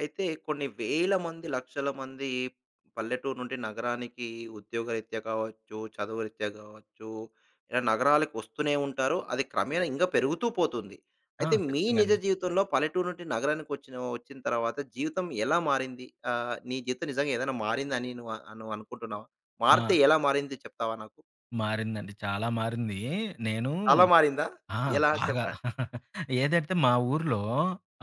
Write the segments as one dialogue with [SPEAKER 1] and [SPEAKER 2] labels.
[SPEAKER 1] అయితే కొన్ని వేల మంది, లక్షల మంది పల్లెటూరు నుండి నగరానికి ఉద్యోగరీత్యా కావచ్చు, చదువురీత్యా కావచ్చు, ఇలా నగరాలకు వస్తూనే ఉంటారు. అది క్రమేణా ఇంకా పెరుగుతూ పోతుంది. అయితే మీ
[SPEAKER 2] ఖచ్చితంగా
[SPEAKER 1] నిజ
[SPEAKER 2] అండి.
[SPEAKER 1] జీవితంలో పల్లెటూరు నుండి నగరానికి వచ్చిన వచ్చిన తర్వాత జీవితం ఎలా మారింది? నీ జీవితం నిజంగా ఏదైనా మారిందని నువ్వు నువ్వు అనుకుంటున్నావా? మారితే
[SPEAKER 2] ఆ!
[SPEAKER 1] ఎలా మారింది చెప్తావా నాకు?
[SPEAKER 2] మారిందండి. చాలా మారింది. నేను
[SPEAKER 1] చాలా మారిందా?
[SPEAKER 2] ఆ!
[SPEAKER 1] ఎలా
[SPEAKER 2] బాగా
[SPEAKER 1] చెప్పండి?
[SPEAKER 2] ఏదైతే మా ఊర్లో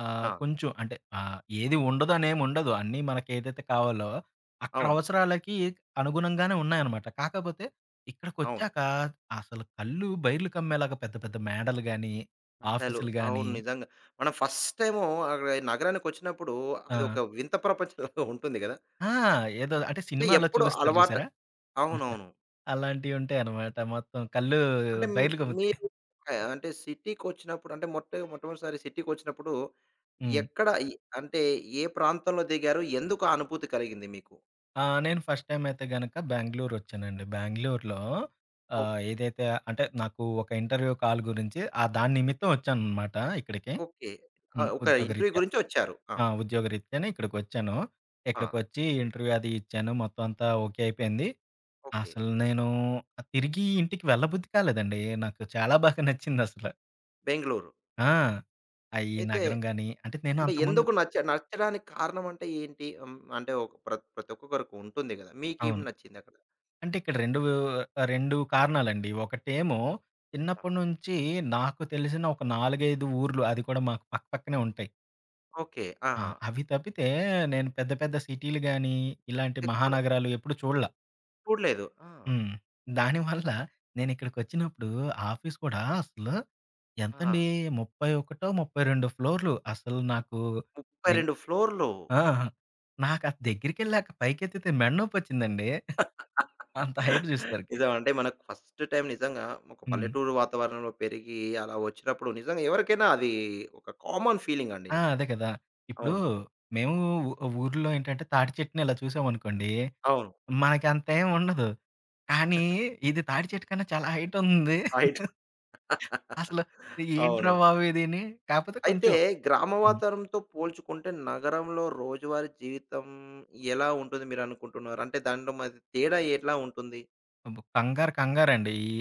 [SPEAKER 1] ఆ!
[SPEAKER 2] కొంచెం ఏది ఉండదనేముండదు. అన్నీ మనకేదైతే కావాలో అక్కడ
[SPEAKER 1] అవును.
[SPEAKER 2] అవసరాలకి అనుగుణంగానే ఉన్నాయన్నమాట. కాకపోతే
[SPEAKER 1] అవును.
[SPEAKER 2] ఇక్కడికొచ్చాక అసలు కళ్ళు బైర్లు కమ్మేలాగా పెద్ద పెద్ద మేడలు గాని,
[SPEAKER 1] ఆడలు.
[SPEAKER 2] ఆఫీసులు గాని.
[SPEAKER 1] అవును. నిజంగా. మనం ఫస్ట్ టైము అక్కడ నగరానికొచ్చినప్పుడు
[SPEAKER 2] ఆ!
[SPEAKER 1] అది ఒక వింత ప్రపంచంలాగా ఉంటుంది గదా!
[SPEAKER 2] ఆ! ఏదో అంటే
[SPEAKER 1] అంటే
[SPEAKER 2] సినిమాల్లో
[SPEAKER 1] ఎప్పుడు
[SPEAKER 2] చూపిస్తారు,
[SPEAKER 1] అలవాటు.
[SPEAKER 2] చూసారా?
[SPEAKER 1] అవునవును.
[SPEAKER 2] అలాంటివి ఉంటాయన్నమాట. మొత్తం కళ్ళు
[SPEAKER 1] అంటే
[SPEAKER 2] బైర్లు కమ్ముతాయి.
[SPEAKER 1] మీరు అంటే సిటీకొచ్చినప్పుడు అంటే మొట్టమొదటిసారి సిటీకొచ్చినప్పుడు
[SPEAKER 2] హ్మ్.
[SPEAKER 1] ఎక్కడ ఎ అంటే ఏ ప్రాంతంలో దిగారు? ఎందుకు ఆ అనుభూతి కలిగింది మీకు?
[SPEAKER 2] ఆ! నేను ఫస్ట్ టైమ్ అయితే గనక బెంగుళూరొచ్చానండి. బెంగుళూరులో
[SPEAKER 1] ఓకే.
[SPEAKER 2] ఏదైతే అంటే నాకు ఒక ఇంటర్వ్యూ కాల్ గురించి ఆ దాని నిమిత్తం వచ్చాననమాట ఇక్కడికి.
[SPEAKER 1] ఓకే. ఆ!
[SPEAKER 2] హ్మ్.
[SPEAKER 1] ఒక ఇంటర్వ్యూ
[SPEAKER 2] ఉద్యోగరీత్యా.
[SPEAKER 1] గురించి వచ్చారు. ఆ!
[SPEAKER 2] ఆ! ఉద్యోగరీత్యానే ఇక్కడికొచ్చాను.
[SPEAKER 1] ఆ!
[SPEAKER 2] ఇక్కడికొచ్చి ఇంటర్వ్యూ అది ఇచ్చాను. మొత్తం అంతా ఓకే అయిపోయింది.
[SPEAKER 1] ఓకే.
[SPEAKER 2] అసలు నేను తిరిగి ఇంటికి వెళ్ళబుద్ధి కాలేదండి. నాకు చాలా బాగా నచ్చిందసల.
[SPEAKER 1] బెంగుళూరు.
[SPEAKER 2] ఆ! ఆ ఈ
[SPEAKER 1] అయితే
[SPEAKER 2] నగరం గాని అంటే నేను
[SPEAKER 1] అంటే
[SPEAKER 2] అంతకుముందు
[SPEAKER 1] ఎందుకు నచ్చడానికి కారణం అంటే ఏంటి? హ్మ్. అంటే ఒక ప్రతి ప్రతి ఒక్కొక్కరికి ఉంటుంది గదా! మీకేం
[SPEAKER 2] అవును.
[SPEAKER 1] నచ్చింది అక్కడ?
[SPEAKER 2] అంటే ఇక్కడ 2 కారణాలండి. ఒకటేమో
[SPEAKER 1] ఆ!
[SPEAKER 2] చిన్నప్పటి నుంచి నాకు తెలిసిన ఒక 4, 5 ఊర్లు అది కూడా మాకు పక్క పక్కనే ఉంటాయి.
[SPEAKER 1] ఓకే. ఆ!
[SPEAKER 2] ఆ! అవి తప్పితే నేను పెద్ద పెద్ద సిటీలు గాని, ఇలాంటి
[SPEAKER 1] ఎప్పుడు
[SPEAKER 2] మహానగరాలు ఎప్పుడు చూడల.
[SPEAKER 1] చూడలేదు. ఆ!
[SPEAKER 2] హ్మ్. దానివల్ల నేనిక్కడికొచ్చినప్పుడు ఆఫీస్ కూడా అసలు
[SPEAKER 1] ఆ!
[SPEAKER 2] ఎంతండి, 32 ఫ్లోర్‌లు అసలు నాకు దిగ్
[SPEAKER 1] 32 ఫ్లోర్‌లు.
[SPEAKER 2] ఆ! నాకు అది దగ్గరికెళ్ళాక పైకెత్తితే మెడ నొప్పొచ్చిందండి. అంత హైట్ చూసేసరికి.
[SPEAKER 1] నిజం. అంటే మనకు ఫస్ట్ టైమ్ నిజంగా ఒక
[SPEAKER 2] హ్మ్.
[SPEAKER 1] పల్లెటూరు వాతావరణంలో పెరిగి అలా వచ్చినప్పుడు నిజంగా ఎవరికైనా అది ఒక కామన్ ఫీలింగ్ అండి.
[SPEAKER 2] ఆ! అదే కదా! ఇప్పుడు
[SPEAKER 1] అవును.
[SPEAKER 2] మేము ఊర్లో ఏంటంటే తాటి చెట్టుని ఇలా చూసామనుకోండి,
[SPEAKER 1] అవును.
[SPEAKER 2] మనకంత ఏమి ఉండదు. కానీ ఇది తాటి చెట్టు కన్నా చాలా హైట్ ఉంది.
[SPEAKER 1] రైట్.
[SPEAKER 2] అసలు ఏంట్రా
[SPEAKER 1] అవును.
[SPEAKER 2] బాబు ఇదిని. కాకపోతే
[SPEAKER 1] అయితే
[SPEAKER 2] కొంచెం
[SPEAKER 1] గ్రామ
[SPEAKER 2] హ్మ్.
[SPEAKER 1] వాతావరణంతో పోల్చుకుంటే నగరంలో రోజువారీ జీవితం ఎలా ఉంటుంది మీరనుకుంటున్నారు? అంటే దాంట్లో మరి తేడా ఎట్లా ఉంటుంది?
[SPEAKER 2] కంగారు కంగారండి. ఈ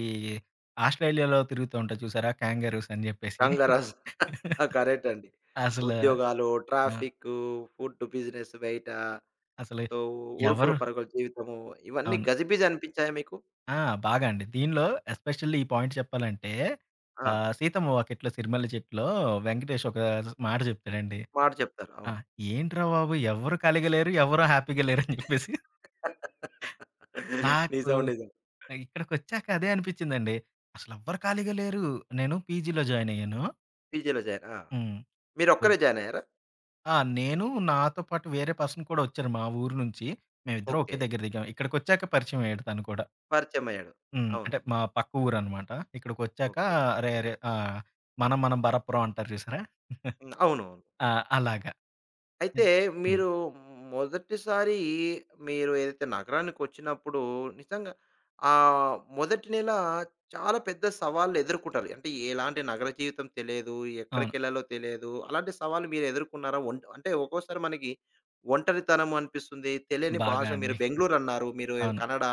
[SPEAKER 2] ఆస్ట్రేలియాలో తిరుగుతూ ఉంటాయి చూసారా? కాంగారూస్ అని చెప్పేసి.
[SPEAKER 1] కంగారాస్ కరెక్ట్ అండి.
[SPEAKER 2] అసలు ఆ!
[SPEAKER 1] ఉద్యోగాలు, ట్రాఫిక్కు, ఫుడ్ బిజినెస్ బయట,
[SPEAKER 2] అసలు
[SPEAKER 1] సో ఉరుకుల
[SPEAKER 2] ఎవరు
[SPEAKER 1] పరుగుల జీవితము ఇవన్నీ
[SPEAKER 2] అవును.
[SPEAKER 1] గజిబిజి అనిపించాయా మీకు?
[SPEAKER 2] ఆ! బాగా అండి. దీనిలో ఎస్పెషల్లీ ఈ పాయింట్ చెప్పాలంటే
[SPEAKER 1] ఆ!
[SPEAKER 2] 'సీతమ్మ వాకిట్లో సిరిమల్లె చెట్టులో' వెంకటేష్ ఒక మాట చెప్తాడండి.
[SPEAKER 1] మాట చెప్తారు.
[SPEAKER 2] ఆ!
[SPEAKER 1] అవును.
[SPEAKER 2] "ఏంట్రా బాబు ఎవ్వరు ఖాళీగా లేరు, ఎవ్వరు హ్యాపీగా లేరు" అని చెప్పేసి నాకు
[SPEAKER 1] నిజం. నిజం.
[SPEAKER 2] ఇక్కడికొచ్చాక అదే అనిపించిందండి. అసలెవ్వరు ఖాళీగా లేరు. నేను పీజీలో జాయిన్ అయ్యాను.
[SPEAKER 1] పీజీలో జాయిన్. ఆ!
[SPEAKER 2] హ్మ్. వద్
[SPEAKER 1] మీరొక్కరే జాయిన్ అయ్యారా?
[SPEAKER 2] ఆ! నేను నాతో పాటు వేరే పర్సన్ కూడా వచ్చారు మా ఊరు నుంచి. మేమిద్దరం
[SPEAKER 1] ఓకే.
[SPEAKER 2] ఒకే దగ్గర దిగాం. ఇక్కడికొచ్చాక పరిచయం అయ్యాడు తను కూడా.
[SPEAKER 1] పరిచయమయ్యాడు.
[SPEAKER 2] హ్మ్.
[SPEAKER 1] అవును.
[SPEAKER 2] అంటే మా పక్క ఊరనమాట. ఇక్కడికొచ్చాక
[SPEAKER 1] ఓకే.
[SPEAKER 2] అరే! అరే! ఆ! మనం మనం బరప్పురం అంటారు చూసారా?
[SPEAKER 1] హ్మ్. అవునవును.
[SPEAKER 2] ఆ! అలాగా.
[SPEAKER 1] అయితే
[SPEAKER 2] హ్మ్. హ్మ్.
[SPEAKER 1] మీరు మొదటిసారి మీరు ఏదైతే నగరానికొచ్చినప్పుడు నిజంగా మొదటి నెల చాలా పెద్ద సవాళ్ళు ఎదుర్కుంటారు. అంటే ఎలాంటి నగర జీవితం తెలియదు.
[SPEAKER 2] అవును.
[SPEAKER 1] ఎక్కడికెళ్ళాలో తెలియదు. అలాంటి సవాళ్ళు మీరు ఎదుర్కొన్నారా? అంటే ఒక్కోసారి మనకి ఒంటరితనం అనిపిస్తుంది. తెలియని భాష
[SPEAKER 2] బాగా
[SPEAKER 1] మీరు
[SPEAKER 2] అండి.
[SPEAKER 1] బెంగుళూరు అన్నారు. మీరు
[SPEAKER 2] అవును.
[SPEAKER 1] కన్నడ.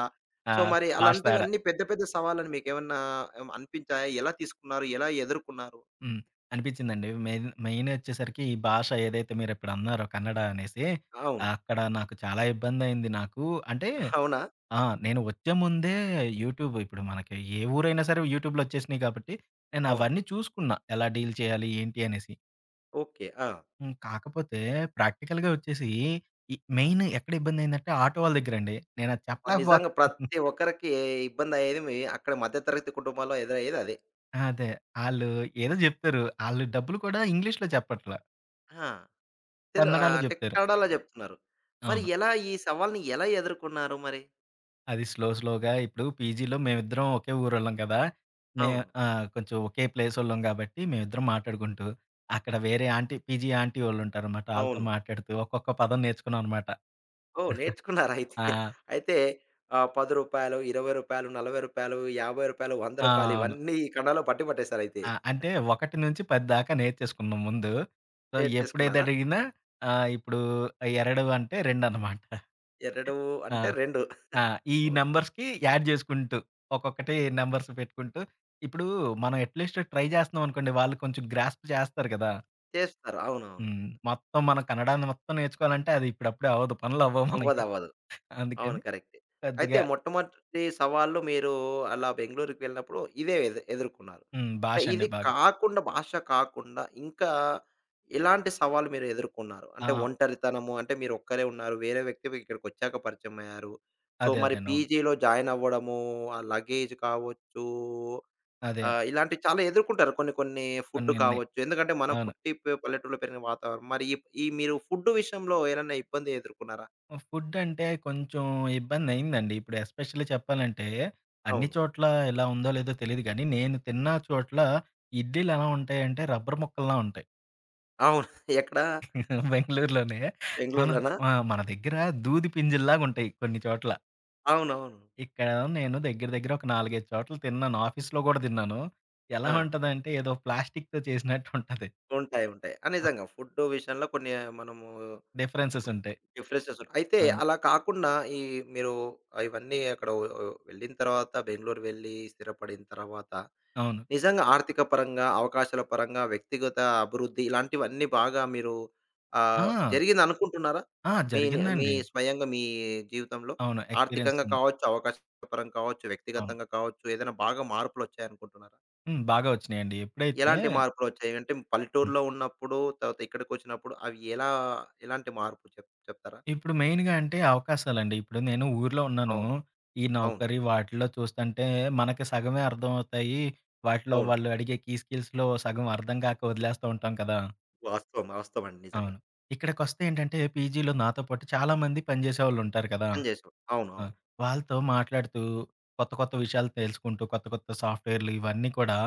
[SPEAKER 2] ఆ!
[SPEAKER 1] సో, మరి
[SPEAKER 2] భాష తేడా.
[SPEAKER 1] అలాంటివన్నీ పెద్ద పెద్ద సవాళ్ళని మీకేమన్నా అనిపించాయా? ఎలా తీసుకున్నారు? ఎలా ఎదుర్కొన్నారు?
[SPEAKER 2] హ్మ్. అనిపించిందండి. మెయినొచ్చేసరికి ఈ భాష ఏదైతే మీరిప్పుడన్నారో కన్నడ అనేసి,
[SPEAKER 1] అవును.
[SPEAKER 2] అక్కడ నాకు చాలా ఇబ్బందయింది నాకు. అంటే
[SPEAKER 1] అవునా?
[SPEAKER 2] ఆ! నేను వచ్చే ముందే యూట్యూబ్ ఇప్పుడు మనకి ఏ ఊరైనా సరే యూట్యూబ్‌లో వచ్చేసినియి కాబట్టి,
[SPEAKER 1] అవును.
[SPEAKER 2] నేనవన్నీ చూసుకున్నా. ఎలా డీల్ చేయాలి? ఏంటి? అనేసి.
[SPEAKER 1] ఓకే. ఆ!
[SPEAKER 2] హ్మ్. కాకపోతే ప్రాక్టికల్‌గా వచ్చేసి ఈ
[SPEAKER 1] అవును.
[SPEAKER 2] మెయిన్ ఎక్కడ ఇబ్బందయిందంటే ఆటో వాళ్ళ దగ్గరండి. నేనది
[SPEAKER 1] అబ్బా!
[SPEAKER 2] చెప్పలేకపోత్
[SPEAKER 1] నిజంగా ప్రతి ఒక్కరికి ఇబ్బందయ్యేది మీ అక్కడ మధ్య తరగతి కుటుంబాల్లో ఎదురయ్యేది అదే.
[SPEAKER 2] అదే. ఆళ్ళు ఏదో జెప్తారు. ఆళ్ళు డబ్బులు కూడా ఇంగ్లీష్‌లో చెప్పట్ల.
[SPEAKER 1] ఆ!
[SPEAKER 2] కన్నడలో
[SPEAKER 1] అంటే
[SPEAKER 2] జెప్తారు.
[SPEAKER 1] కన్నడలో చెప్తున్నారు. మరి
[SPEAKER 2] అవును.
[SPEAKER 1] ఎలా ఈ సవాల్ని ఎలా ఎదుర్కొన్నారు మరి?
[SPEAKER 2] అది స్లోగా ఇప్పుడు పీజీలో మేమిద్దరం ఒకే ఊరోళ్ళం కదా! మే
[SPEAKER 1] అవును.
[SPEAKER 2] ఆ! కొంచెం ఒకే ప్లేసోళ్ళం గాబట్టి మేమిద్దరం మాట్లాడుకుంటూ, అక్కడ వేరే పీజీ ఆంటీ వోళ్ళుంటారనమాట. ఆళ్ళతో
[SPEAKER 1] అవును.
[SPEAKER 2] మాట్లాడుతూ ఒక్కొక్క పదం నేర్చుకున్నాం అనమాట.
[SPEAKER 1] ఓహ్! నేర్చుకున్నారయితే.
[SPEAKER 2] ఆ!
[SPEAKER 1] అయితే ఆహ్, రూ. 10, రూ. 20, రూ. 40, రూ. 50, రూ.
[SPEAKER 2] ఆ!
[SPEAKER 1] 100
[SPEAKER 2] అవును.
[SPEAKER 1] ఇవన్నీ కన్నడలో పట్టి పట్టేసారయితే.
[SPEAKER 2] ఆ! అంటే 1-10 దాకా నేర్చేసుకున్నాం ముందు. సో,
[SPEAKER 1] నేర్చేసుకున్నారా?
[SPEAKER 2] ఎప్పుడేదడిగినా ఇప్పుడు 2 అంటే 2 అనమాట.
[SPEAKER 1] ఎరడు
[SPEAKER 2] ఆ!
[SPEAKER 1] అంటే 2.
[SPEAKER 2] ఆ! ఈ
[SPEAKER 1] ఓకే.
[SPEAKER 2] నంబర్స్‌కి యాడ్ చేసుకుంటూ, ఒక్కొక్కటి నంబర్స్ పెట్టుకుంటూ, ఇప్పుడు మనం అట్‌లీస్ట్ ట్రై చేస్తున్నాం అనుకోండి, వాళ్ళు కొంచెం గ్రాస్ప్ చేస్తారు కదా!
[SPEAKER 1] చేస్తారు. అవునవును.
[SPEAKER 2] హ్మ్. మొత్తం మనం కన్నడాన్ని మొత్తం నేర్చుకోవాలంటే అది ఇప్పుడప్పుడే అవ్వదు. పనులవ్వవు మనకి.
[SPEAKER 1] అవ్వదవ్వదు. అవును.
[SPEAKER 2] అందుకని
[SPEAKER 1] కరెక్టే. అయితే
[SPEAKER 2] కొద్దిగా
[SPEAKER 1] మొట్టమొదటి సవాళ్ళు మీరు అలా బెంగుళూరుకి వెళ్ళినప్పుడు ఇదే ఎదుర్కొన్నారు.
[SPEAKER 2] హ్మ్.
[SPEAKER 1] అంటే
[SPEAKER 2] భాష
[SPEAKER 1] ఇది
[SPEAKER 2] అండి బాగా.
[SPEAKER 1] కాకుండా భాష కాకుండా ఇంకా ఎలాంటి సవాలు మీరు ఎదుర్కొన్నారు?
[SPEAKER 2] ఆ!
[SPEAKER 1] అంటే ఒంటరితనము అంటే మీరు ఒక్కరే ఉన్నారు. వేరే వ్యక్తి ఇక్కడికొచ్చాక పరిచయమయ్యారు. సో,
[SPEAKER 2] అదే.
[SPEAKER 1] మరి
[SPEAKER 2] అదేనండి. అవును.
[SPEAKER 1] పీజీలో జాయిన్ అవ్వడము, ఆ లగేజ్ కావచ్చు,
[SPEAKER 2] అదే.
[SPEAKER 1] ఇలాంటివి చాలా ఎదుర్కొంటారు. కొన్ని కొన్ని ఫుడ్
[SPEAKER 2] కొన్నున్నాయి.
[SPEAKER 1] కావచ్చు. ఎందుకంటే మనం
[SPEAKER 2] అవును.
[SPEAKER 1] పుట్టి పల్లెటూరులో పెరిగిన వాతావరణం. మరి ఈ ఈ మీరు ఫుడ్ విషయంలో ఏదైనా ఇబ్బంది ఎదుర్కొన్నారా?
[SPEAKER 2] ఫుడ్ అంటే కొంచెం ఇబ్బందయిందండి. ఇప్పుడు ఎస్పెషల్లీ చెప్పాలంటే, అన్ని
[SPEAKER 1] అవును.
[SPEAKER 2] చోట్ల ఎలా ఉందో లేదో తెలీదు గానీ, నేను తిన్న చోట్ల ఇడ్లీలు ఎలా ఉంటాయంటే రబ్బరు ముక్కల్లా ఉంటాయి.
[SPEAKER 1] అవును. ఎక్కడ?
[SPEAKER 2] బెంగుళూరులోనే మనది
[SPEAKER 1] బెంగుళూరులోనా?
[SPEAKER 2] ఆ! మన దగ్గర దూది పింజిల్లాగుంటాయి కొన్ని చోట్ల.
[SPEAKER 1] అవునవును.
[SPEAKER 2] ఇక్కడ నేను దగ్గర దగ్గర ఒక 4, 5 చోట్ల తిన్నాను. ఆఫీస్‌లో గూడా తిన్నాను.
[SPEAKER 1] ఆ!
[SPEAKER 2] ఎలా ఉంటదంటే ఏదో ప్లాస్టిక్‌తో చేసినట్టు ఉంటది.
[SPEAKER 1] ఉంటాయి. ఉంటాయి. ఆ! నిజంగా ఫుడ్ విషయంలో కొన్ని మనము
[SPEAKER 2] డిఫరెన్సెస్ ఉంటాయి.
[SPEAKER 1] డిఫరెన్సెస్ ఉంటాయి. అయితే
[SPEAKER 2] అవును.
[SPEAKER 1] అలా కాకుండా ఈ మీరు ఇవన్నీ అక్కడ ఓ ఓ వెళ్ళిన తర్వాత బెంగుళూరు వెళ్ళి స్థిరపడిన తర్వాత
[SPEAKER 2] అవును.
[SPEAKER 1] నిజంగా ఆర్థిక పరంగా, అవకాశాల పరంగా, వ్యక్తిగత అభివృద్ధి ఇలాంటివన్నీ బాగా మీరు
[SPEAKER 2] ఆ!
[SPEAKER 1] జరిగిందనుకుంటున్నారా?
[SPEAKER 2] ఆ!
[SPEAKER 1] మీ
[SPEAKER 2] జరిగిందండి.
[SPEAKER 1] స్వయంగా మీ జీవితంలో?
[SPEAKER 2] అవును. ఎక్స్‌పీరియన్స్
[SPEAKER 1] ఆర్థికంగా
[SPEAKER 2] ఉంది.
[SPEAKER 1] కావచ్చు, అవకాశ పరంగా కావచ్చు,
[SPEAKER 2] అవును.
[SPEAKER 1] వ్యక్తిగతంగా కావచ్చు ఏదైనా బాగా మార్పులొచ్చాయనుకుంటున్నారా?
[SPEAKER 2] హ్మ్. బాగా వచ్చినాయండి. ఎప్పుడైతే
[SPEAKER 1] ఎలాంటి మార్పులొచ్చాయి? అంటే
[SPEAKER 2] హ్మ్.
[SPEAKER 1] పల్లెటూరులో ఉన్నప్పుడు, తర్వాత ఇక్కడికొచ్చినప్పుడు అవి ఎలా ఎలాంటి మార్పు చెప్తారా?
[SPEAKER 2] ఇప్పుడు మెయిన్‌గా అంటే అవకాశాలండి. ఇప్పుడు నేను ఊర్లో ఉన్నాను.
[SPEAKER 1] అవును.
[SPEAKER 2] ఈ
[SPEAKER 1] అవును.
[SPEAKER 2] నౌకరీ వాటిలో చూస్తంటే మనకి సగమే అర్థమవుతాయి. వాటిలో
[SPEAKER 1] అవును.
[SPEAKER 2] వాళ్ళు అడిగే కీ స్కిల్స్‌లో సగం అర్థం కాక వదిలేస్తూ ఉంటాం కదా!
[SPEAKER 1] వాస్తవం. వాస్తవం అండి నిజంగా.
[SPEAKER 2] అవును. ఇక్కడికొస్తే ఏంటంటే పీజీలో నాతో పాటు చాలా మంది పనిచేసేవాళ్ళుంటారు కదా!
[SPEAKER 1] పని చేసాం. అవును.
[SPEAKER 2] ఆ!
[SPEAKER 1] అవును.
[SPEAKER 2] వాళ్ళతో మాట్లాడుతూ కొత్త కొత్త విషయాలు తెలుసుకుంటూ కొత్త కొత్త సాఫ్ట్‌వేర్‌లు ఇవన్నీ కూడా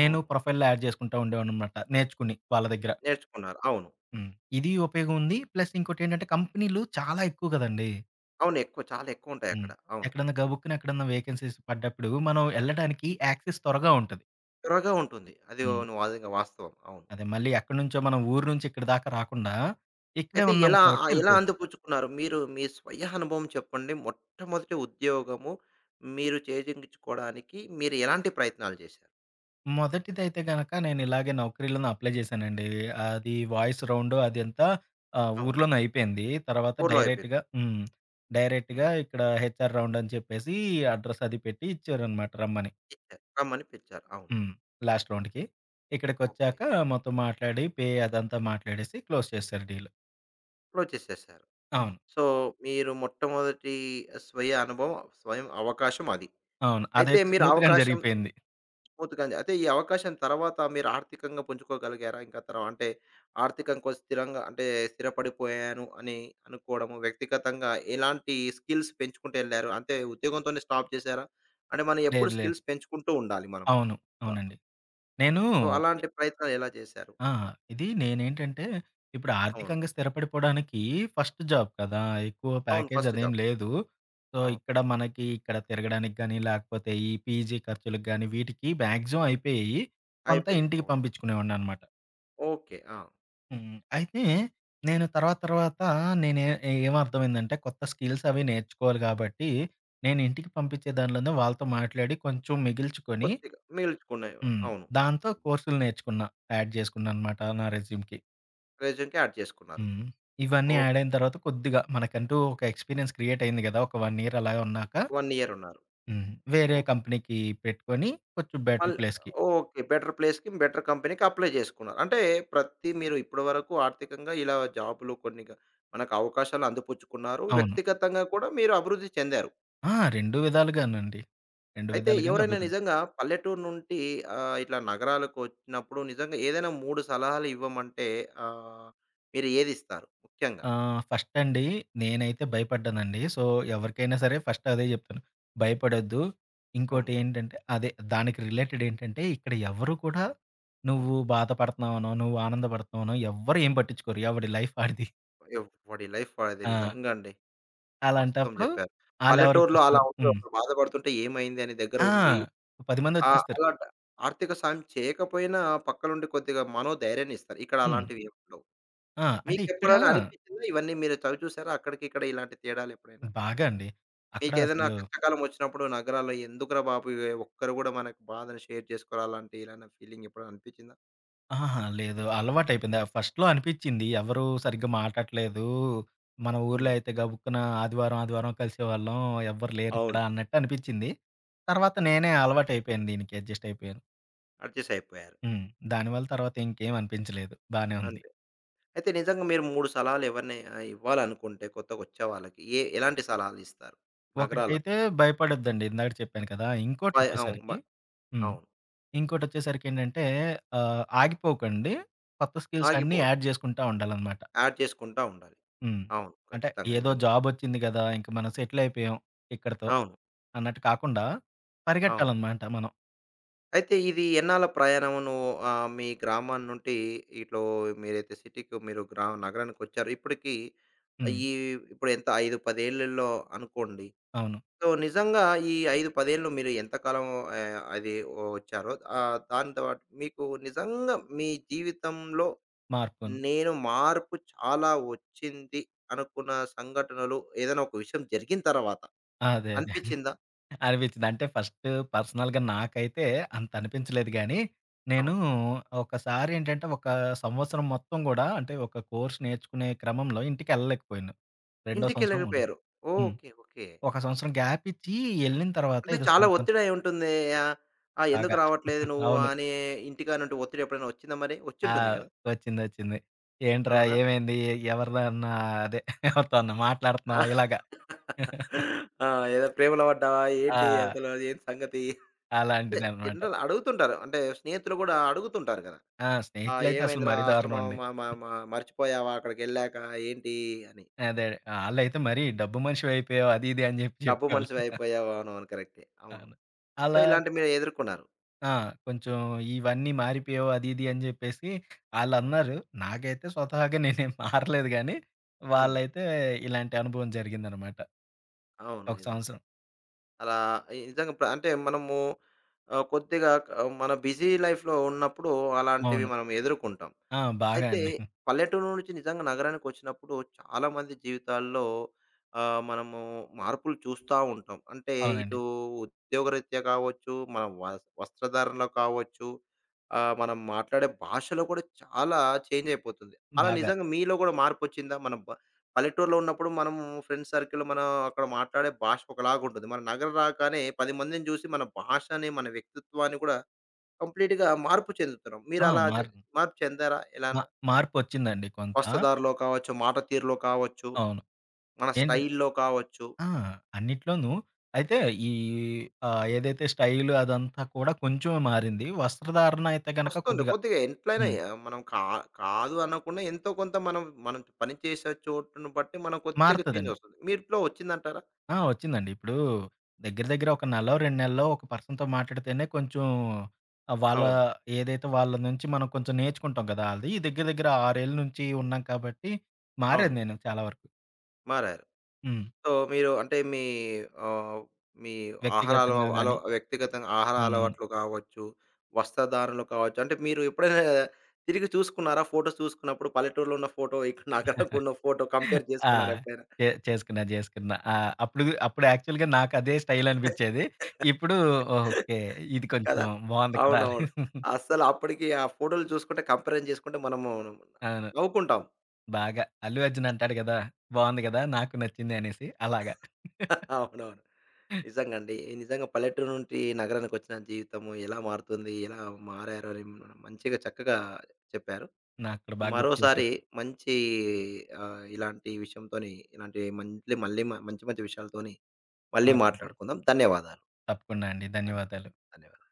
[SPEAKER 2] నేను
[SPEAKER 1] అవును.
[SPEAKER 2] ప్రొఫైల్‌లో యాడ్ చేసుకుంటా ఉండేవాడిననమాట నేర్చుకుని వాళ్ళ దగ్గర.
[SPEAKER 1] నేర్చుకున్నారు. అవును.
[SPEAKER 2] హ్మ్. ఇది ఉపయోగం ఉంది. ప్లస్ ఇంకోటేంటంటే కంపెనీలు చాలా ఎక్కువ గదండీ!
[SPEAKER 1] అవును. ఎక్కువ చాలా ఎక్కువుంటాయక్కడ.
[SPEAKER 2] హ్మ్.
[SPEAKER 1] అవును.
[SPEAKER 2] ఎక్కడన్నా గబుక్కున ఎక్కడన్నా వేకెన్సీస్ పడ్డప్పుడు మనం ఎళ్ళడానికి యాక్సెస్ త్వరగా ఉంటది.
[SPEAKER 1] త్వరగా ఉంటుంది. అది
[SPEAKER 2] హ్మ్.
[SPEAKER 1] నువ్వు అదింక వాస్తవం. అవును.
[SPEAKER 2] అదే మళ్ళీ ఎక్కడి నుంచో మనం ఊరు నుంచి ఇక్కడి దాకా రాకుండా ఇక్కడే
[SPEAKER 1] అయితే
[SPEAKER 2] ఉన్నాం
[SPEAKER 1] ఎలా
[SPEAKER 2] కాబట్టి
[SPEAKER 1] ఆహ్, ఎలా
[SPEAKER 2] ఎళ్ళిపోవచ్చు.
[SPEAKER 1] అందిపుచ్చుకున్నారు? మీరు మీ స్వీయ అనుభవం చెప్పండి. మొట్టమొదటి ఉద్యోగము మీరు చేజిక్కించుకోవడానికి మీరు ఎలాంటి ప్రయత్నాలు చేశారు?
[SPEAKER 2] మొదటిదైతే గనక నేను ఇలాగే నౌకరీలోనే అప్లై జేశానండి. అది వాయిస్ రౌండ్ అదంతా
[SPEAKER 1] అవును.
[SPEAKER 2] ఊర్లోనే అయిపోయింది. తర్వాత
[SPEAKER 1] ఊర్లో అయిపోయింది.
[SPEAKER 2] డైరెక్ట్‌గా హ్మ్.
[SPEAKER 1] హ్మ్.
[SPEAKER 2] డైరెక్ట్‌గా ఇక్కడ హెచ్ఆర్ రౌండ్ అని చెప్పేసి అడ్రెస్ అది పెట్టి ఇచ్చారనమాట రమ్మని.
[SPEAKER 1] ఇచ్చారు. రమ్మని పిలిచారు. అవును.
[SPEAKER 2] హ్మ్. లాస్ట్ రౌండ్‌కి.
[SPEAKER 1] ఓకే.
[SPEAKER 2] ఇక్కడికొచ్చాక మొత్తం మాట్లాడి, పే అదంతా మాట్లాడేసి క్లోజ్ చేశారు డీల్.
[SPEAKER 1] వచ్చేసేసారు.
[SPEAKER 2] అవును.
[SPEAKER 1] సో, మీరు మొట్టమొదటి స్వీయ అనుభవం, స్వయం అవకాశం అది.
[SPEAKER 2] అవును.
[SPEAKER 1] అయితే
[SPEAKER 2] అదైతే
[SPEAKER 1] మీరు
[SPEAKER 2] స్మూత్‌గానే
[SPEAKER 1] అవకాశం
[SPEAKER 2] జరిగిపోయింది.
[SPEAKER 1] పూర్తిగా అయితే ఈ అవకాశం తర్వాత మీరు ఆర్థికంగా పుంజుకోగలిగారా? ఇంకా అంటే ఆర్థికంగా స్థిరంగా అంటే స్థిరపడిపోయాను అని అనుకోవడము, వ్యక్తిగతంగా ఎలాంటి స్కిల్స్ పెంచుకుంటూ ఎళ్లారు? అంటే ఉద్యోగంతోనే స్టాప్ చేశారా? అంటే మనం ఎప్పుడు
[SPEAKER 2] లేదు. లేదు.
[SPEAKER 1] స్కిల్స్ పెంచుకుంటూ ఉండాలి మనం.
[SPEAKER 2] అవును.
[SPEAKER 1] సో,
[SPEAKER 2] అవునండి. నేను
[SPEAKER 1] సో, అలాంటి ప్రయత్నాలు ఎలా చేశారు?
[SPEAKER 2] ఆ! ఇది నేనేంటంటే, ఇప్పుడు
[SPEAKER 1] అవును.
[SPEAKER 2] ఆర్థికంగా స్థిరపడిపోవడానికి ఫస్ట్ జాబ్ కదా! ఎక్కువ
[SPEAKER 1] అవును.
[SPEAKER 2] ప్యాకేజ్
[SPEAKER 1] ఫస్ట్
[SPEAKER 2] అదేం
[SPEAKER 1] జాబ్.
[SPEAKER 2] లేదు. సో,
[SPEAKER 1] అవును.
[SPEAKER 2] ఇక్కడ తిరగడానికి గాని, లేకపోతే ఈ పీజీ ఖర్చులకు గాని, వీటికి మాక్సిమం అయిపోయేయి. కొంత
[SPEAKER 1] అయిపోయి.
[SPEAKER 2] ఇంటికి
[SPEAKER 1] అవును.
[SPEAKER 2] పంపించుకునేవాడిననమాట.
[SPEAKER 1] ఓకే. ఆ!
[SPEAKER 2] హ్మ్. అయితే నేను తర్వాత తర్వాత నేనే ఏమర్థమైందంటే కొత్త స్కిల్స్ అవి నేర్చుకోవాలి గాబట్టి, నేను ఇంటికి పంపించే దానిలోనే వాళ్ళతో మాట్లాడి కొంచెం మిగిల్చుకొని
[SPEAKER 1] కొద్దిగా మిగిల్చుకునేవి.
[SPEAKER 2] హ్మ్.
[SPEAKER 1] అవును.
[SPEAKER 2] దాంతో కోర్సులు నేర్చుకున్నా. యాడ్ చేసుకున్నాననమాట నా రెజ్యూమ్‌కి.
[SPEAKER 1] ప్రెజెంట్‌కి యాడ్ చేసుకున్నారు.
[SPEAKER 2] హ్మ్. ఇవన్నీ యాడ్
[SPEAKER 1] ఓకే.
[SPEAKER 2] అయిన తర్వాత కొద్దిగా మనకంటూ ఒక ఎక్స్‌పీరియన్స్ క్రియేట్ అయింది గదా! ఒక 1 ఇయర్ అలా ఉన్నాక
[SPEAKER 1] 1 ఇయర్ ఉన్నారు.
[SPEAKER 2] హ్మ్. వేరే
[SPEAKER 1] ఓకే.
[SPEAKER 2] కంపెనీకి పెట్టుకొని కొంచెం బెటర్
[SPEAKER 1] మళ్ళీ
[SPEAKER 2] ప్లేస్‌కి.
[SPEAKER 1] ఓకే. బెటర్ ప్లేస్‌కి, బెటర్ కంపెనీకి అప్లై చేసుకున్నారు. అంటే ప్రతి మీరు ఇప్పటి వరకు ఆర్థికంగా ఇలా జాబ్‌లు కొన్ని గ మనకు అవకాశాలు అందిపుచ్చుకున్నారు.
[SPEAKER 2] అవును.
[SPEAKER 1] వ్యక్తిగతంగా కూడా మీరు అభివృద్ధి చెందారు.
[SPEAKER 2] ఆ! 2 విధాలుగానండి. 2
[SPEAKER 1] అయితే
[SPEAKER 2] విధాలుగానే
[SPEAKER 1] ఎవరైనా
[SPEAKER 2] అభివృద్ధి.
[SPEAKER 1] నిజంగా పల్లెటూరు నుండి ఇట్లా నగరాలకు వచ్చినప్పుడు నిజంగా ఏదైనా 3 సలహాలు ఇవ్వమంటే ఆహ్, మీరు ఏది ఇస్తారు? ముఖ్యంగా.
[SPEAKER 2] ఆ! ఫస్ట్ అండి నేనైతే భయపడ్డానండి. సో, ఎవరికైనా సరే ఫస్ట్ అదే చెప్తాను. భయపడొద్దు.
[SPEAKER 1] అవును.
[SPEAKER 2] ఇంకోటి ఏంటంటే అదే దానికి రిలేటెడ్ ఏంటంటే ఇక్కడ ఎవరు కూడా
[SPEAKER 1] అవును.
[SPEAKER 2] నువ్వు బాధపడుతున్నావనో, నువ్వు ఆనందపడుతున్నావనో ఎవ్వరు ఏం పట్టించుకోరు. ఎవడి లైఫ్ ఆడిది.
[SPEAKER 1] ఎవడి లైఫ్ వాడిది
[SPEAKER 2] ఆ!
[SPEAKER 1] నిజంగా అండి. వాస్తవం
[SPEAKER 2] అలాంటప్పుడు
[SPEAKER 1] జెప్పారు.
[SPEAKER 2] ఆళ్ళెవరో
[SPEAKER 1] పల్లెటూరులో అలా
[SPEAKER 2] చూస్తున్నారు.
[SPEAKER 1] ఉండదు.
[SPEAKER 2] హ్మ్.
[SPEAKER 1] ఒకరు బాధపడుతుంటే ఏమైంది అని దగ్గర
[SPEAKER 2] ఆ!
[SPEAKER 1] ఉండి
[SPEAKER 2] 10
[SPEAKER 1] ఆ!
[SPEAKER 2] మందొచ్చేస్తారు.
[SPEAKER 1] అలాట ఆర్థిక సాయం చేయకపోయినా పక్కనుండి కొద్దిగా మనోధైర్యాన్నిస్తారు. ఇక్కడ
[SPEAKER 2] హ్మ్.
[SPEAKER 1] అలాంటివి ఏమి ఉండవు.
[SPEAKER 2] ఆ! అంటే ఇక్కడ
[SPEAKER 1] మీకెప్పుడైనా అనిపించిందా? ఇవన్నీ మీరు చవి చూసారా? అక్కడికి ఇక్కడ ఇలాంటి తేడాలు ఎప్పుడైనా?
[SPEAKER 2] బాగా అండి. అక్కడ
[SPEAKER 1] మీకేదైనా
[SPEAKER 2] అసలు
[SPEAKER 1] కష్టకాలం వచ్చినప్పుడు నగరాల్లో ఎందుకురా బాబు! ఒక్కరు గూడా మనకు బాధను షేర్ చేసుకోరు. అలాంటి ఇలాంటి ఫీలింగ్ ఎప్పుడైనా అనిపించిందా?
[SPEAKER 2] అహహా! లేదు. అలవాటయిపోయింది. ఫస్ట్‌లో అనిపిచ్చింది. ఎవరు సరిగ్గా మాటాడట్లేదు. మన ఊర్లో
[SPEAKER 1] హ్మ్.
[SPEAKER 2] అయితే గబుక్కున ఆదివారం కలిసేవాళ్ళం. ఎవ్వరు లేరిక్కడ
[SPEAKER 1] అవును.
[SPEAKER 2] అన్నట్టు అనిపిచ్చింది. తర్వాత నేనే అలవాటయిపోయాను దీనికి. అడ్జస్ట్ అయిపోయాను.
[SPEAKER 1] అడ్జస్ట్ అయిపోయారు.
[SPEAKER 2] హ్మ్. దానివల్ల తర్వాత ఇంకేం అనిపించలేదు. బానే ఉంది.
[SPEAKER 1] అంతే. అయితే నిజంగా మీరు 3 సలహాలు ఎవరిని ఇవ్వాలనుకుంటే కొత్తగొచ్చే వాళ్ళకి ఎలాంటి సలహాలిస్తారు నగరాలకు?
[SPEAKER 2] ఒకటైతే భయపడొద్దండి. ఇందాక చెప్పాను కదా!
[SPEAKER 1] అవును.
[SPEAKER 2] ఇంకోటొచ్చేసరికి హ్మ్.
[SPEAKER 1] అవును.
[SPEAKER 2] ఇంకోటొచ్చేసరికేంటంటే ఆగిపోకండి. కొత్త స్కిల్స్ అన్నీ
[SPEAKER 1] ఆగిపోవద్దు.
[SPEAKER 2] యాడ్ జేసుకుంటా ఉండాలనమాట.
[SPEAKER 1] యాడ్ చేసుకుంటా ఉండాలి.
[SPEAKER 2] హ్మ్.
[SPEAKER 1] అవును.
[SPEAKER 2] అంటే
[SPEAKER 1] ఖచ్చితంగా.
[SPEAKER 2] ఏదో
[SPEAKER 1] నిజంగా.
[SPEAKER 2] జాబొచ్చింది గదా! ఇంక మనం సెటిల్ అయిపోయాం ఇక్కడితో
[SPEAKER 1] అవును.
[SPEAKER 2] అన్నట్టు కాకుండా
[SPEAKER 1] అవును.
[SPEAKER 2] పరిగెట్టాలనమాట మనం.
[SPEAKER 1] అయితే ఇది ఎన్నాళ్ళ ప్రయాణమును మీ గ్రామం నుండి ఇటు మీరైతే సిటీకి మీరు నగరానికొచ్చారు. ఇప్పటికి
[SPEAKER 2] హ్మ్.
[SPEAKER 1] ఈ ఇప్పుడు ఎంత 5, 10 ఏళ్లలో అనుకోండి.
[SPEAKER 2] అవును.
[SPEAKER 1] సో, నిజంగా ఈ 5, 10 ఏళ్లు మీరు ఎంతకాలం అది వచ్చారో దాని తర్వాత మీకు నిజంగా మీ జీవితంలో
[SPEAKER 2] మార్పు ఉంది.
[SPEAKER 1] నేను మార్పు చాలా వచ్చింది అనుకున్న సంఘటనలు ఏదైనా ఒక విషయం జరిగిన తర్వాత
[SPEAKER 2] అదే. అదే.
[SPEAKER 1] అనిపించిందా?
[SPEAKER 2] అనిపించింది. అంటే ఫస్ట్ పర్సనల్‌గా నాకైతే అంత అనిపించలేదు గానీ, నేను
[SPEAKER 1] అవును.
[SPEAKER 2] ఒకసారేంటంటే ఒక సంవత్సరం మొత్తం గూడా అంటే ఒక కోర్స్ నేర్చుకునే క్రమంలో ఇంటికెళ్ళలేకపోయాను. రెండో సంవత్సరం మూడో
[SPEAKER 1] ఇంటికెళ్ళకపోయారు.
[SPEAKER 2] హ్మ్.
[SPEAKER 1] ఓకే. ఓకే.
[SPEAKER 2] ఒక సంవత్సరం గ్యాప్ ఇచ్చి ఎళ్ళిన తర్వాత
[SPEAKER 1] అంటే
[SPEAKER 2] ఏదో
[SPEAKER 1] చాలా
[SPEAKER 2] సంక్రాంతికి
[SPEAKER 1] ఒత్తిడి అయి ఉంటుంది. ఆహ్, ఆ! ఎందుకు
[SPEAKER 2] బాగా
[SPEAKER 1] రావట్లేదు నువ్వు
[SPEAKER 2] అవును.
[SPEAKER 1] అని ఇంటికానుండి ఒత్తిడి ఎప్పుడైనా వచ్చిందా మరి?
[SPEAKER 2] ఆ!
[SPEAKER 1] వచ్చుంటుంది కదా!
[SPEAKER 2] వచ్చిందొచ్చింది. "ఏంట్రా
[SPEAKER 1] అవునా?
[SPEAKER 2] ఏమైంది? ఎవరితో అన్నా అదే ఎవరితో అన్నా
[SPEAKER 1] ఆ!
[SPEAKER 2] మాట్లాడుతున్నావా?" ఇలాగ.
[SPEAKER 1] ఆ, ఏదో ప్రేమలో పడ్డావా? ఏంటి
[SPEAKER 2] ఆ!
[SPEAKER 1] అసలు ఏం సంగతి? అంటే
[SPEAKER 2] అలాంటిదనమాట.
[SPEAKER 1] జనరల్ అడుగుతుంటారు. అంటే స్నేహితులు కూడా అడుగుతుంటారు కదా!
[SPEAKER 2] ఆ!
[SPEAKER 1] "ఆ!
[SPEAKER 2] స్నేహితులైతే అసలు
[SPEAKER 1] ఏమైందిరా?
[SPEAKER 2] మరీ
[SPEAKER 1] అసలు మ
[SPEAKER 2] దారుణం అండి.
[SPEAKER 1] మ మ మ మర్చిపోయావా అక్కడికెళ్ళాక ఏంటి" అని?
[SPEAKER 2] అదే ఆళ్ళైతే మరీ "డబ్బు మనిషివయిపోయావు" అది ఇది అని జెప్పి
[SPEAKER 1] డబ్బు
[SPEAKER 2] చెప్పేవాళ్ళు.
[SPEAKER 1] మనిషివి అయిపోయావు. అవునవును. కరెక్టే. అవును.
[SPEAKER 2] అవును.
[SPEAKER 1] సో,
[SPEAKER 2] అలా
[SPEAKER 1] ఇలాంటివి మీరు ఎదుర్కొన్నారు.
[SPEAKER 2] ఆ! కొంచెం ఇవన్నీ మారిపోయావు అది ఇది అని జెప్పేసి
[SPEAKER 1] అవును.
[SPEAKER 2] ఆళ్ళన్నారు. నాకైతే స్వతహాగా నేనేం మారలేదు గానీ,
[SPEAKER 1] హ్మ్.
[SPEAKER 2] వాళ్ళైతే ఇలాంటి అనుభవం జరిగిందనమాట.
[SPEAKER 1] అవును.
[SPEAKER 2] ఒక
[SPEAKER 1] నిజంగా.
[SPEAKER 2] సంవత్సరం.
[SPEAKER 1] అలా నిజంగా అంటే మనము కొద్దిగా మన బిజీ లైఫ్‌లో ఉన్నప్పుడు అలాంటివి
[SPEAKER 2] అవును.
[SPEAKER 1] మనం ఎదుర్కొంటాం.
[SPEAKER 2] ఆ! బాగా
[SPEAKER 1] అయితే
[SPEAKER 2] అండి.
[SPEAKER 1] పల్లెటూరు నుంచి నిజంగా నగరానికి వచ్చినప్పుడు చాలా మంది జీవితాల్లో ఆ, మనము మార్పులు చూస్తూ ఉంటాం అంటే
[SPEAKER 2] అవునండి.
[SPEAKER 1] ఇటు ఉద్యోగరీత్యా కావచ్చు మన వస్త్రధారణలో కావచ్చు మనం మాట్లాడే భాషలో కూడా చాలా చేంజ్ అయిపోతుంది అలా
[SPEAKER 2] బాగా.
[SPEAKER 1] నిజంగా మీలో కూడా మార్పు వచ్చిందా పల్లెటూరులో ఉన్నప్పుడు మనం ఫ్రెండ్ సర్కిల్ మనం అక్కడ మాట్లాడే భాష ఒకలాగా ఉంటుంది మన నగరం రాగానే 10 మందిని చూసి మన భాషని మన వ్యక్తిత్వాన్ని కూడా కంప్లీట్గా మార్పు చెందుతున్నాం మీరు
[SPEAKER 2] ఆ!
[SPEAKER 1] అలా మార్పు చెందారా ఎలా
[SPEAKER 2] మా మార్పొచ్చిందండి కొంత.
[SPEAKER 1] వస్త్రధారలో కావచ్చు, మాట తీరులో కావచ్చు,
[SPEAKER 2] అవును.
[SPEAKER 1] మన
[SPEAKER 2] ఏంటి
[SPEAKER 1] స్టైల్‌లో కావచ్చు.
[SPEAKER 2] ఆ! అన్నిట్లోనూ. అయితే ఈ ఏదైతే స్టైలు అదంతా కూడా కొంచెం మారింది. వస్త్రధారణ అయితే గనక
[SPEAKER 1] వస్తుంది.
[SPEAKER 2] కొద్దిగా
[SPEAKER 1] కొద్దిగా ఎట్లైనా
[SPEAKER 2] హ్మ్.
[SPEAKER 1] మనం కాదు అనకుండా ఎంతో కొంత మనం, మనం పనిచేసే చోటును బట్టి మనం కొద్దిగా చేంజ్
[SPEAKER 2] మారతదండి.
[SPEAKER 1] వస్తుంది. మీట్లో వచ్చిందంటారా?
[SPEAKER 2] ఆ! వచ్చిందండి. ఇప్పుడు దగ్గర దగ్గర ఒక నెలో, 2 నెలలో ఒక పర్సన్‌తో మాట్లాడితేనే కొంచెం ఆహ్, వాళ్ళ
[SPEAKER 1] అవును.
[SPEAKER 2] ఏదైతే వాళ్ళ నుంచి మనం కొంచెం నేర్చుకుంటాం కదా! అది దగ్గర దగ్గర 6 ఏళ్ల నుంచి ఉన్నాం కాబట్టి
[SPEAKER 1] అవును.
[SPEAKER 2] మారాను నేను చాలా వరకు.
[SPEAKER 1] మారారు.
[SPEAKER 2] హ్మ్.
[SPEAKER 1] సో, మీరు అంటే మీ ఆహ్, మీ ఆహార అలవ
[SPEAKER 2] వ్యక్తిగతంగా
[SPEAKER 1] అలవ
[SPEAKER 2] గాని.
[SPEAKER 1] వ్యక్తిగతంగా ఆహార
[SPEAKER 2] హ్మ్. అవును.
[SPEAKER 1] అలవాట్లు కావచ్చు, వస్త్రధారణలు కావచ్చు. అంటే మీరు ఎప్పుడైనా తిరిగి చూసుకున్నారా? ఫోటోస్ చూసుకున్నప్పుడు పల్లెటూరులో ఉన్న ఫోటో, ఇక్కడ నగరంలో ఉన్న ఫోటో కంపేర్
[SPEAKER 2] ఆ!
[SPEAKER 1] చేసుకున్నారా ఎప్పుడైనా?
[SPEAKER 2] చేసుకున్నా. చేసుకున్నా. ఆ! అప్పుడు అప్పుడు యాక్చువల్‌గా నాకు అదే స్టైల్ అనిపిచ్చేది. ఇప్పుడు ఓకే. ఇది కొంచెం
[SPEAKER 1] కదా!
[SPEAKER 2] బావుంది కదా!
[SPEAKER 1] అవునవును. అస్సలు అప్పటికి ఆ ఫోటోలు చూసుకుంటే కంపారిజన్ చేసుకుంటే మనము
[SPEAKER 2] అవును.
[SPEAKER 1] నవ్వుకుంటాం.
[SPEAKER 2] బాగా 'అల్లు అర్జున్' అంటాడు కదా! బావుంది కదా! నాకు నచ్చింది అనేసి అలాగా.
[SPEAKER 1] అవునవును. నిజంగండి. నిజంగా పల్లెటూరు నుండి నగరానికొచ్చిన జీవితము ఎలా మారుతుంది? ఎలా మారారు? అని మంచిగా చక్కగా చెప్పారు.
[SPEAKER 2] నాకు కూడా బాగా గుర్తు
[SPEAKER 1] మరోసారి
[SPEAKER 2] చేశారు.
[SPEAKER 1] మంచి ఇలాంటి విషయంతోని ఇలాంటి మళ్ళీ మళ్ళీ మ- మంచి మంచి విషయాలతోని మళ్ళీ
[SPEAKER 2] మాట్లాడుకుందాం.
[SPEAKER 1] మాట్లాడుకుందాం. ధన్యవాదాలు.
[SPEAKER 2] తప్పకుండా అండి.
[SPEAKER 1] ధన్యవాదాలు.
[SPEAKER 2] ధన్యవాదాలు.
[SPEAKER 1] ధన్యవాదాలు.